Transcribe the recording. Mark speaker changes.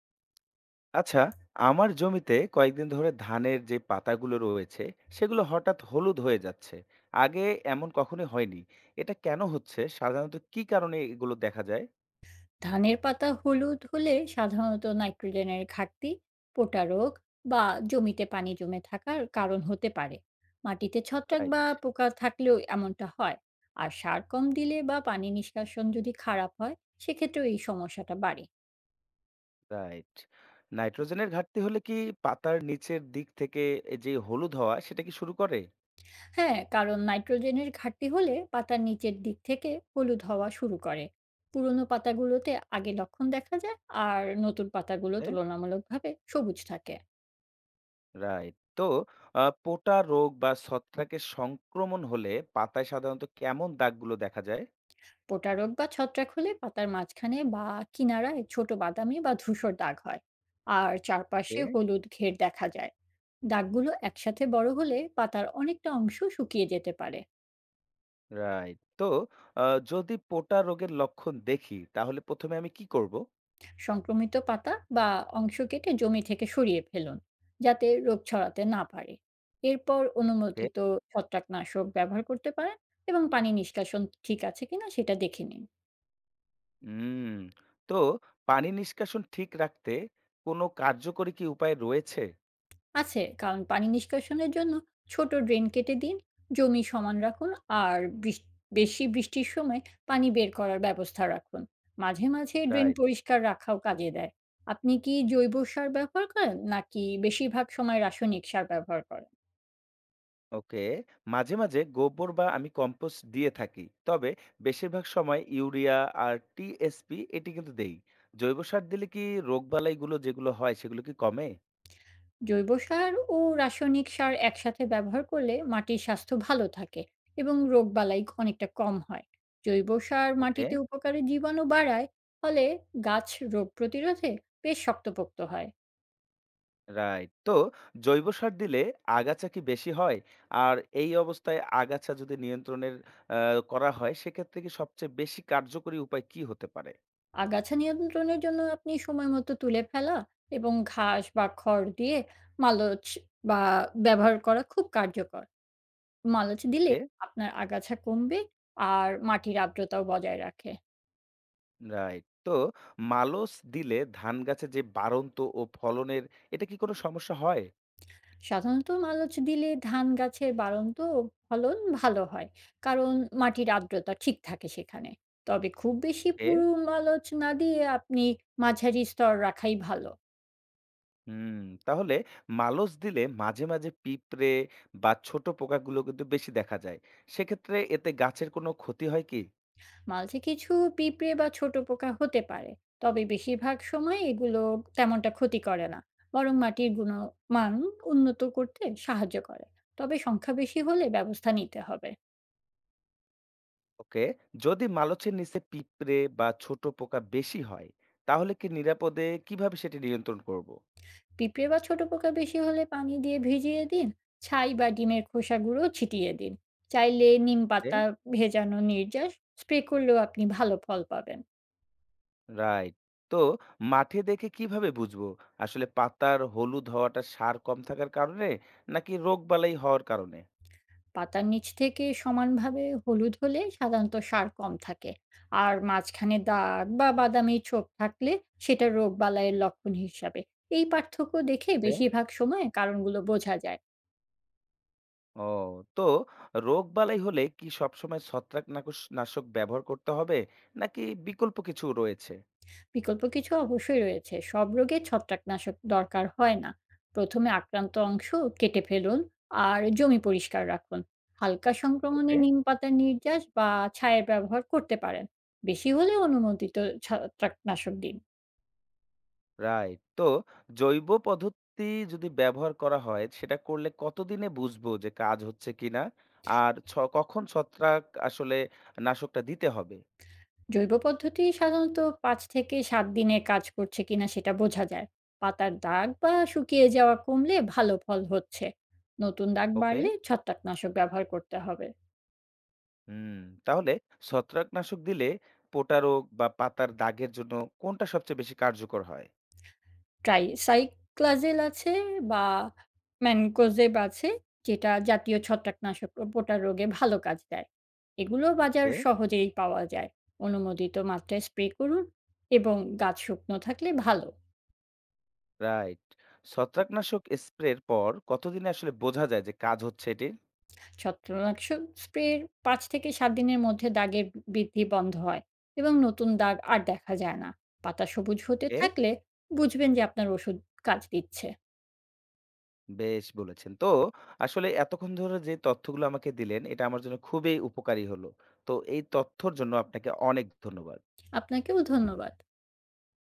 Speaker 1: আচ্ছা, আমার জমিতে কয়েকদিন ধরে ধানের যে পাতাগুলো রয়েছে সেগুলো হঠাৎ হলুদ হয়ে যাচ্ছে। আগে এমন কখনোই হয়নি। এটা কেন হচ্ছে, সাধারণত কি কারণে এগুলো দেখা যায়?
Speaker 2: ধানের পাতা হলুদ হলে সাধারণত নাইট্রোজেনের ঘাটতি, পোটা রোগ বা জমিতে পানি জমে থাকার কারণ হতে পারে। মাটিতে ছত্রাক বা
Speaker 1: রাইট।
Speaker 2: পোকা থাকলেও এমনটা হয়। আর সার কম দিলে বা পানি নিষ্কাশন যদি খারাপ হয়, সেক্ষেত্রেও এই সমস্যাটা বাড়ে।
Speaker 1: রাইট। নাইট্রোজেনের ঘাটতি হলে কি পাতার নিচের দিক থেকে এই যে হলুদ হওয়া সেটা কি শুরু করে?
Speaker 2: হ্যাঁ, কারণ নাইট্রোজেনের ঘাটতি হলে পাতার নিচের দিক থেকে হলুদ হওয়া শুরু করে। পুরনো পাতাগুলোতে আগে লক্ষণ দেখা যায়, আর নতুন পাতাগুলো তুলনামূলকভাবে সবুজ থাকে।
Speaker 1: রাইট। তো পোটা রোগ বা ছত্রাকের সংক্রমণ হলে পাতায় সাধারণত কেমন দাগগুলো দেখা যায়?
Speaker 2: পোটারোগ বা ছত্রাক হলে পাতার মাঝখানে বা কিনারায় ছোট বাদামি বা ধূসর দাগ হয়, আর চারপাশে হলুদ ঘের দেখা যায়। দাগগুলো একসাথে বড় হলে পাতার অনেকটা অংশ শুকিয়ে যেতে পারে।
Speaker 1: রাইট। তো আ যদি পোটা রোগের লক্ষণ দেখি তাহলে প্রথম এ আমি কি করব?
Speaker 2: সংক্রমিত পাতা বা অংশ কেটে জমি থেকে সরিয়ে ফেলুন, যাতে রোগ ছড়াতে না পারে। এরপর
Speaker 1: ওকে।
Speaker 2: অনুমোদিত ছত্রাকনাশক ব্যবহার করতে পারেন, এবং পানি নিষ্কাশন ঠিক আছে কিনা সেটা দেখে নিন।
Speaker 1: হুম। তো পানি নিষ্কাশন ঠিক রাখতে কোনো কার্যকরী কি উপায় রয়েছে?
Speaker 2: আছে, কারণ পানি নিষ্কাশনের জন্য ছোট ড্রেন কেটে দিন, জমি সমান রাখুন, আর বেশি বৃষ্টির সময় পানি বের করার ব্যবস্থা রাখুন। মাঝে মাঝে ড্রেন
Speaker 1: রাইট।
Speaker 2: পরিষ্কার রাখাও কাজে দেয়। আপনি কি জৈব সার ব্যবহার করেন নাকি বেশিরভাগ সময় রাসায়নিক সার ব্যবহার করেন?
Speaker 1: ওকে। মাঝে, মাঝে গোবর বা আমি কম্পোস্ট দিয়ে থাকি। তবে বেশিরভাগ সময় ইউরিয়া আর টিএসপি এটি কিন্তু দেই। জৈব সার দিলে কি রোগবালাইগুলো যেগুলো হয় সেগুলো কি কমে?
Speaker 2: জৈব সার ও রাসায়নিক সার একসাথে ব্যবহার করলে মাটির স্বাস্থ্য ভালো থাকে, এবং রোগবালাই অনেকটা কম হয়। জৈব সার
Speaker 1: ওকে।
Speaker 2: মাটিতে উপকারী জীবাণু বাড়ায়, ফলে গাছ রোগ প্রতিরোধে বেশ শক্তপোক্ত হয়।
Speaker 1: রাইট। তো জৈব সার দিলে আগাছা কি বেশি হয়? আর এই অবস্থায় আগাছা যদি নিয়ন্ত্রণের আ করা হয় সেক্ষেত্রে কি সবচেয়ে বেশি কার্যকরী উপায় কি হতে পারে?
Speaker 2: আগাছা নিয়ন্ত্রণের জন্য আপনি সময় মতো তুলে ফেলা এবং ঘাস বা খড় দিয়ে মালচ বা ব্যবহার করা খুব কার্যকর। মালচ দিলে
Speaker 1: ওকে।
Speaker 2: আপনার আগাছা কমবে, আর মাটির আর্দ্রতাও বজায় রাখে।
Speaker 1: রাইট। তো মালচ দিলে ধান গাছে যে বাড়ন্ত ও ফলনের এটা কি কোনো সমস্যা হয়?
Speaker 2: সাধারণত মালচ দিলে ধান গাছের বাড়ন্ত ফলন ভালো হয়, কারণ মাটির আর্দ্রতা ঠিক থাকে সেখানে। তবে খুব বেশি
Speaker 1: এ
Speaker 2: পুরু মালচ না দিয়ে আপনি মাঝারি স্তর রাখাই ভালো।
Speaker 1: হুম, তাহলে মালচ দিলে মাঝে, মাঝে পিঁপড়ে বা ছোট পোকাগুলো কিন্তু বেশি দেখা যায়। সেক্ষেত্রে এতে গাছের কোনো ক্ষতি হয় কি?
Speaker 2: মাঝে কিছু পিঁপড়ে বা ছোট পোকা হতে পারে, তবে বেশিরভাগ সময় এগুলো তেমনটা ক্ষতি করে না, বরং মাটির গুণমান উন্নত করতে সাহায্য করে। তবে সংখ্যা বেশি হলে ব্যবস্থা নিতে হবে।
Speaker 1: ওকে। যদি মালচের নিচে পিঁপড়ে বা ছোট পোকা বেশি হয় তাহলে কি নিরাপদে কিভাবে সেটি নিয়ন্ত্রণ করব?
Speaker 2: পিঁপড়ে বা ছোট পোকা বেশি হলে পানি দিয়ে ভিজিয়ে দিন, ছাই বা ডিমের খোসা গুঁড়ো ছিটিয়ে দিন। চাইলে নিম পাতা ভেজানো নির্যাস স্প্রে করলেও আপনি ভালো ফল পাবেন।
Speaker 1: রাইট। তো মাঠে দেখে কিভাবে বুঝবো আসলে পাতার হলুদ হওয়াটা সার কম থাকার কারণে নাকি রোগবালাই হওয়ার কারণে?
Speaker 2: পাতার নিচ থেকে সমানভাবে হলুদ হলে সাধারণত সার কম থাকে, আর মাঝখানে দাগ বা বাদামি ছোপ থাকলে সেটা রোগ বালাইয়ের লক্ষণ হিসাবে। এই পার্থক্য দেখে
Speaker 1: এ?
Speaker 2: বেশিরভাগ সময় কারণগুলো বোঝা যায়।
Speaker 1: ও। তো রোগবালাই হলে কি সবসময় ছত্রাক নাশক ব্যবহার করতে হবে নাকি বিকল্প কিছু রয়েছে?
Speaker 2: বিকল্প কিছু অবশ্যই রয়েছে, সব রোগে ছত্রাকনাশক দরকার হয় না। প্রথমে আক্রান্ত অংশ কেটে ফেলুন, আর জমি পরিষ্কার রাখুন। হালকা সংক্রমণে
Speaker 1: ওকে।
Speaker 2: নিম পাতার নির্যাস বা ছায়ের ব্যবহার করতে পারেন। বেশি হলে অনুমোদিত ছত্রাকনাশক দিন।
Speaker 1: রাইট। তো জৈব পদ্ধতি যদি ব্যবহার করা হয়, সেটা করলে কতদিনে বুঝবো যে কাজ হচ্ছে কিনা? আর ছ কখন ছত্রাক আসলে নাশকটা দিতে হবে?
Speaker 2: জৈব পদ্ধতি সাধারণত ৫ থেকে ৭ দিনে কাজ করছে কিনা সেটা বোঝা যায়। পাতার দাগ বা শুকিয়ে যাওয়া কমলে ভালো ফল হচ্ছে। নতুন দাগ
Speaker 1: ওকে।
Speaker 2: বাড়লে ছত্রাকনাশক ব্যবহার করতে হবে।
Speaker 1: হুম, তাহলে ছত্রাকনাশক দিলে পোটা রোগ বা পাতার দাগের জন্য কোনটা সবচেয়ে বেশি কার্যকর হয়?
Speaker 2: ট্রাইসাইক্লাজেল আছে বা ম্যানকোজেব আছে, যেটা জাতীয় ছত্রাকনাশক ও পোটা রোগে ভালো কাজ দেয়। এগুলো বাজার
Speaker 1: ওকে।
Speaker 2: সহজেই পাওয়া যায়। অনুমোদিত মাত্রায় স্প্রে করুন, এবং গাছ শুকনো থাকলে ভালো।
Speaker 1: রাইট। ছত্রাকনাশক স্প্রের পর কতদিনে আসলে বোঝা যায় যে কাজ হচ্ছে এটির?
Speaker 2: ছত্রনাশক স্প্রের ৫ থেকে ৭ দিনের মধ্যে দাগের বৃদ্ধি বন্ধ হয়, এবং নতুন দাগ আর দেখা যায় না। পাতা সবুজ হতে থাকলে বুঝবেন যে আপনার ওষুধ কাজ দিচ্ছে।
Speaker 1: বেশ বলেছেন। তো আসলে এতক্ষণ ধরে যে তথ্যগুলো আমাকে দিলেন, এটা আমার জন্য খুবই উপকারী হলো। তো এই তথ্যর জন্য আপনাকে অনেক ধন্যবাদ।
Speaker 2: আপনাকেও ধন্যবাদ।